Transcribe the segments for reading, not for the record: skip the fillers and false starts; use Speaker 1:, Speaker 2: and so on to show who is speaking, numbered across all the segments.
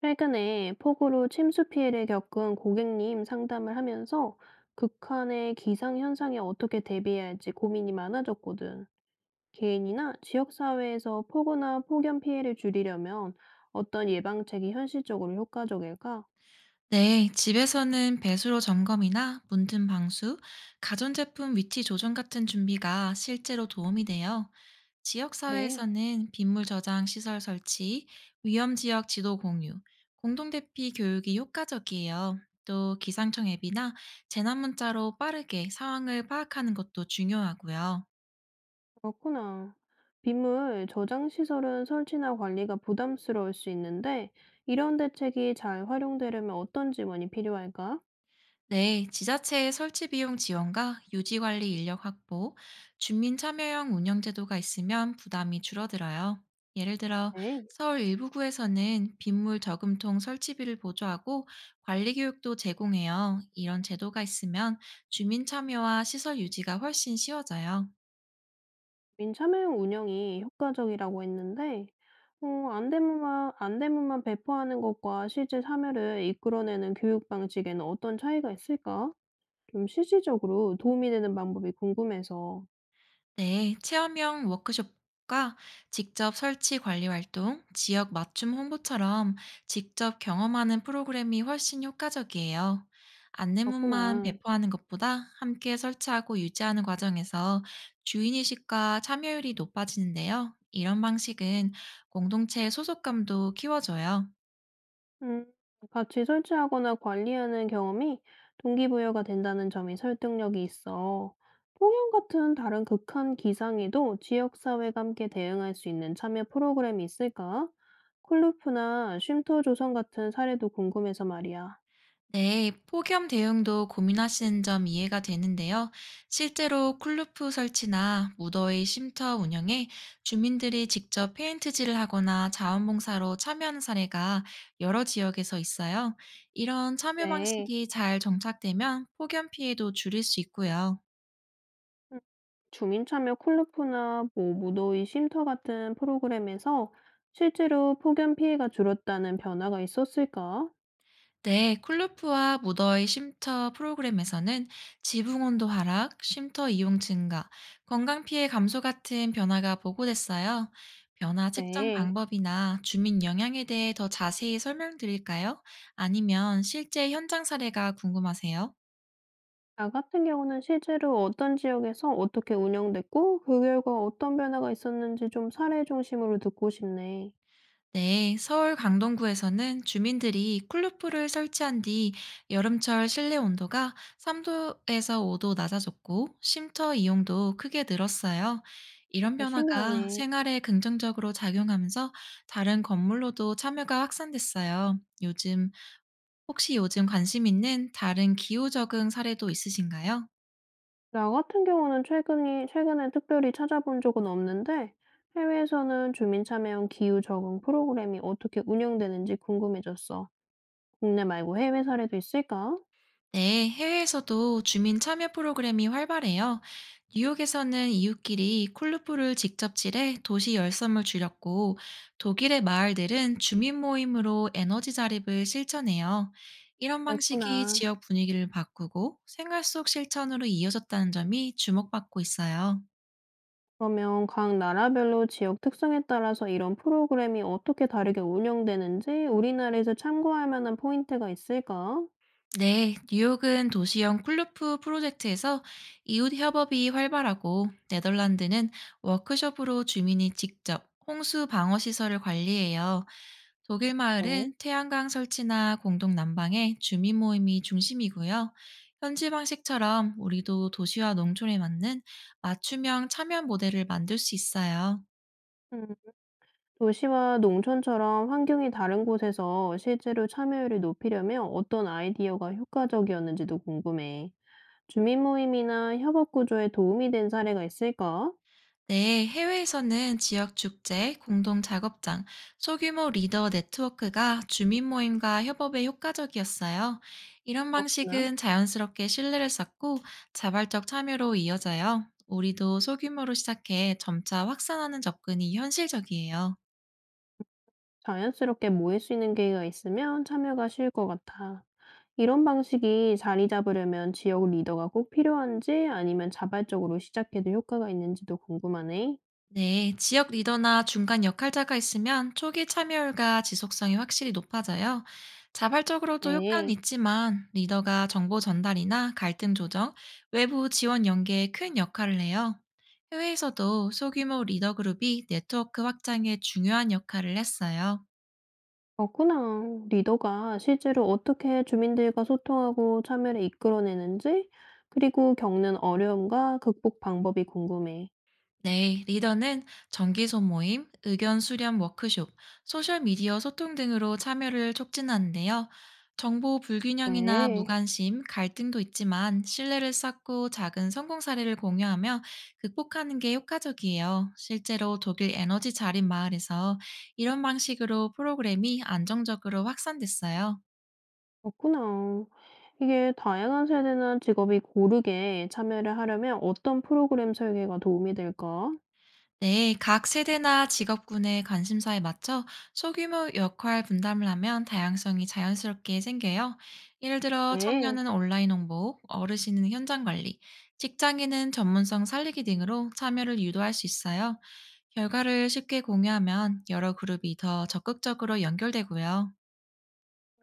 Speaker 1: 최근에 폭우로 침수 피해를 겪은 고객님 상담을 하면서 극한의 기상 현상에 어떻게 대비해야 할지 고민이 많아졌거든. 개인이나 지역사회에서 폭우나 폭염 피해를 줄이려면 어떤 예방책이 현실적으로 효과적일까?
Speaker 2: 네, 집에서는 배수로 점검이나 문틈 방수, 가전제품 위치 조정 같은 준비가 실제로 도움이 돼요.
Speaker 1: 그래,
Speaker 2: 지역사회에서는 빗물 저장 시설 설치, 위험 지역 지도 공유, 공동대피 교육이 효과적이에요. 또 기상청 앱이나 재난문자로 빠르게 상황을 파악하는 것도 중요하고요.
Speaker 1: 그렇구나. 빗물 저장시설은 설치나 관리가 부담스러울 수 있는데, 이런 대책이 잘 활용되려면 어떤 지원이 필요할까?
Speaker 2: 네, 지자체의 설치 비용 지원과 유지 관리 인력 확보, 주민 참여형 운영 제도가 있으면 부담이 줄어들어요. 예를 들어
Speaker 1: 네.
Speaker 2: 서울 일부 구에서는 빗물 저금통 설치비를 보조하고 관리 교육도 제공해요. 이런 제도가 있으면 주민 참여와 시설 유지가 훨씬 쉬워져요.
Speaker 1: 민참회원 운영이 효과적이라고 했는데, 안대문만 배포하는 것과 실제 참여를 이끌어내는 교육 방식에는 어떤 차이가 있을까? 좀 실질적으로 도움이 되는 방법이 궁금해서.
Speaker 2: 네, 체험형 워크숍과 직접 설치 관리 활동, 지역 맞춤 홍보처럼 직접 경험하는 프로그램이 훨씬 효과적이에요. 안내문만
Speaker 1: 그렇구나.
Speaker 2: 배포하는 것보다 함께 설치하고 유지하는 과정에서 주인의식과 참여율이 높아지는데요. 이런 방식은 공동체의 소속감도 키워줘요.
Speaker 1: 음, 같이 설치하거나 관리하는 경험이 동기부여가 된다는 점이 설득력이 있어. 폭염 같은 다른 극한 기상에도 지역사회가 함께 대응할 수 있는 참여 프로그램이 있을까? 콜루프나 쉼터 조성 같은 사례도 궁금해서 말이야.
Speaker 2: 네, 폭염 대응도 고민하시는 점 이해가 되는데요. 실제로 쿨루프 설치나 무더위 쉼터 운영에 주민들이 직접 페인트질을 하거나 자원봉사로 참여하는 사례가 여러 지역에서 있어요. 이런 참여
Speaker 1: 네,
Speaker 2: 방식이 잘 정착되면 폭염 피해도 줄일 수 있고요.
Speaker 1: 음, 주민 참여 콜루프나 뭐 무더위 쉼터 같은 프로그램에서 실제로 폭염 피해가 줄었다는 변화가 있었을까?
Speaker 2: 네, 쿨루프와 무더위 쉼터 프로그램에서는 지붕 온도 하락, 쉼터 이용 증가, 건강 피해 감소 같은 변화가 보고됐어요. 변화 측정
Speaker 1: 네.
Speaker 2: 방법이나 주민 영향에 대해 더 자세히 설명드릴까요? 아니면 실제 현장 사례가 궁금하세요?
Speaker 1: 나 같은 경우는 실제로 어떤 지역에서 어떻게 운영됐고 그 결과 어떤 변화가 있었는지 좀 사례 중심으로 듣고 싶네.
Speaker 2: 네, 서울 강동구에서는 주민들이 쿨루프를 설치한 뒤 여름철 실내 온도가 3도에서 5도 낮아졌고 쉼터 이용도 크게 늘었어요. 이런
Speaker 1: 아,
Speaker 2: 변화가
Speaker 1: 신기하네.
Speaker 2: 생활에 긍정적으로 작용하면서 다른 건물로도 참여가 확산됐어요. 혹시 요즘 관심 있는 다른 기후 적응 사례도 있으신가요?
Speaker 1: 나 같은 경우는 최근이 최근에 특별히 찾아본 적은 없는데 해외에서는 주민 참여형 기후 적응 프로그램이 어떻게 운영되는지 궁금해졌어. 국내 말고 해외 사례도 있을까?
Speaker 2: 네, 해외에서도 주민 참여 프로그램이 활발해요. 뉴욕에서는 이웃끼리 콜루프를 직접 칠해 도시 열섬을 줄였고, 독일의 마을들은 주민 모임으로 에너지 자립을 실천해요. 이런 방식이
Speaker 1: 됐구나.
Speaker 2: 지역 분위기를 바꾸고 생활 속 실천으로 이어졌다는 점이 주목받고 있어요.
Speaker 1: 그러면 각 나라별로 지역 특성에 따라서 이런 프로그램이 어떻게 다르게 운영되는지 우리나라에서 참고할 만한 포인트가 있을까?
Speaker 2: 네, 뉴욕은 도시형 쿨루프 프로젝트에서 이웃 협업이 활발하고 네덜란드는 워크숍으로 주민이 직접 홍수 방어 시설을 관리해요. 독일
Speaker 1: 네.
Speaker 2: 마을은 태양광 설치나 공동 난방에 주민 모임이 중심이고요. 현지 방식처럼 우리도 도시와 농촌에 맞는 맞춤형 참여 모델을 만들 수 있어요.
Speaker 1: 음. 도시와 농촌처럼 환경이 다른 곳에서 실제로 참여율을 높이려면 어떤 아이디어가 효과적이었는지도 궁금해. 주민 모임이나 협업 구조에 도움이 된 사례가 있을까?
Speaker 2: 네, 해외에서는 지역 축제, 공동 작업장, 소규모 리더 네트워크가 주민 모임과 협업에 효과적이었어요. 이런
Speaker 1: 그렇구나.
Speaker 2: 방식은 자연스럽게 신뢰를 쌓고 자발적 참여로 이어져요. 우리도 소규모로 시작해 점차 확산하는 접근이 현실적이에요.
Speaker 1: 자연스럽게 모일 수 있는 계기가 있으면 참여가 쉬울 것 같아. 이런 방식이 자리 잡으려면 지역 리더가 꼭 필요한지 아니면 자발적으로 시작해도 효과가 있는지도 궁금하네.
Speaker 2: 네, 지역 리더나 중간 역할자가 있으면 초기 참여율과 지속성이 확실히 높아져요. 자발적으로도 효과는
Speaker 1: 네.
Speaker 2: 있지만 리더가 정보 전달이나 갈등 조정, 외부 지원 연계에 큰 역할을 해요. 해외에서도 소규모 리더 그룹이 네트워크 확장에 중요한 역할을 했어요.
Speaker 1: 그렇구나. 리더가 실제로 어떻게 주민들과 소통하고 참여를 이끌어내는지, 그리고 겪는 어려움과 극복 방법이 궁금해.
Speaker 2: 네, 리더는 정기 소모임, 의견 수렴 워크숍, 소셜미디어 소통 등으로 참여를 촉진하는데요. 정보 불균형이나
Speaker 1: 네,
Speaker 2: 무관심, 갈등도 있지만 신뢰를 쌓고 작은 성공 사례를 공유하며 극복하는 게 효과적이에요. 실제로 독일 에너지 자립 마을에서 이런 방식으로 프로그램이 안정적으로 확산됐어요.
Speaker 1: 그렇구나. 이게 다양한 세대나 직업이 고르게 참여를 하려면 어떤 프로그램 설계가 도움이 될까?
Speaker 2: 네, 각 세대나 직업군의 관심사에 맞춰 소규모 역할 분담을 하면 다양성이 자연스럽게 생겨요. 예를 들어
Speaker 1: 네,
Speaker 2: 청년은 온라인 홍보, 어르신은 현장 관리, 직장인은 전문성 살리기 등으로 참여를 유도할 수 있어요. 결과를 쉽게 공유하면 여러 그룹이 더 적극적으로 연결되고요.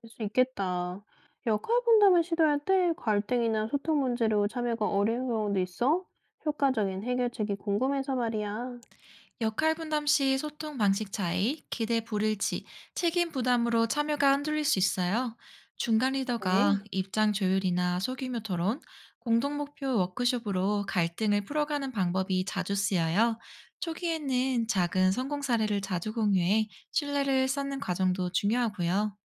Speaker 1: 할 수 있겠다. 역할 분담을 시도할 때 갈등이나 소통 문제로 참여가 어려운 경우도 있어? 효과적인 해결책이 궁금해서 말이야.
Speaker 2: 역할 분담 시 소통 방식 차이, 기대 불일치, 책임 부담으로 참여가 흔들릴 수 있어요. 중간 리더가
Speaker 1: 네.
Speaker 2: 입장 조율이나 소규모 토론, 공동 목표 워크숍으로 갈등을 풀어가는 방법이 자주 쓰여요. 초기에는 작은 성공 사례를 자주 공유해 신뢰를 쌓는 과정도 중요하고요.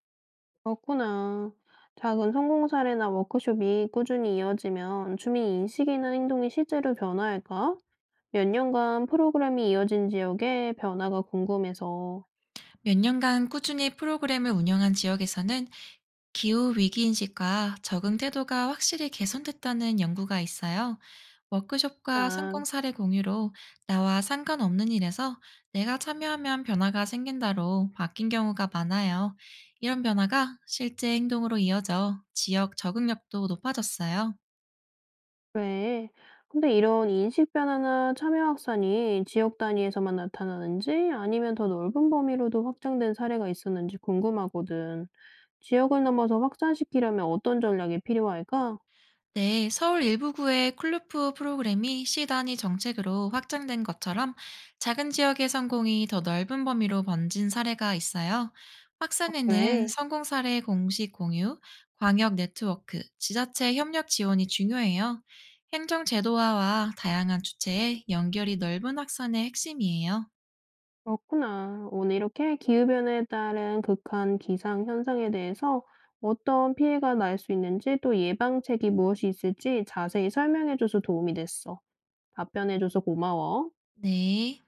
Speaker 1: 그렇구나. 작은 성공 사례나 워크숍이 꾸준히 이어지면 주민 인식이나 행동이 실제로 변화할까? 몇 년간 프로그램이 이어진 지역의 변화가 궁금해서.
Speaker 2: 몇 년간 꾸준히 프로그램을 운영한 지역에서는 기후 위기 인식과 적응 태도가 확실히 개선됐다는 연구가 있어요. 워크숍과
Speaker 1: 아,
Speaker 2: 성공 사례 공유로 나와 상관없는 일에서 내가 참여하면 변화가 생긴다로 바뀐 경우가 많아요. 이런 변화가 실제 행동으로 이어져 지역 적응력도 높아졌어요.
Speaker 1: 그래. 근데 이런 인식 변화나 참여 확산이 지역 단위에서만 나타나는지 아니면 더 넓은 범위로도 확장된 사례가 있었는지 궁금하거든. 지역을 넘어서 확산시키려면 어떤 전략이 필요할까?
Speaker 2: 네, 서울 일부구의 클루프 프로그램이 시 단위 정책으로 확장된 것처럼 작은 지역의 성공이 더 넓은 범위로 번진 사례가 있어요.
Speaker 1: 아,
Speaker 2: 확산에는
Speaker 1: 그래.
Speaker 2: 성공 사례 공식 공유, 광역 네트워크, 지자체 협력 지원이 중요해요. 행정 제도화와 다양한 주체의 연결이 넓은 확산의 핵심이에요.
Speaker 1: 그렇구나. 오늘 이렇게 기후변화에 따른 극한 기상 현상에 대해서 어떤 피해가 날 수 있는지 또 예방책이 무엇이 있을지 자세히 설명해줘서 도움이 됐어. 답변해줘서 고마워.
Speaker 2: 네.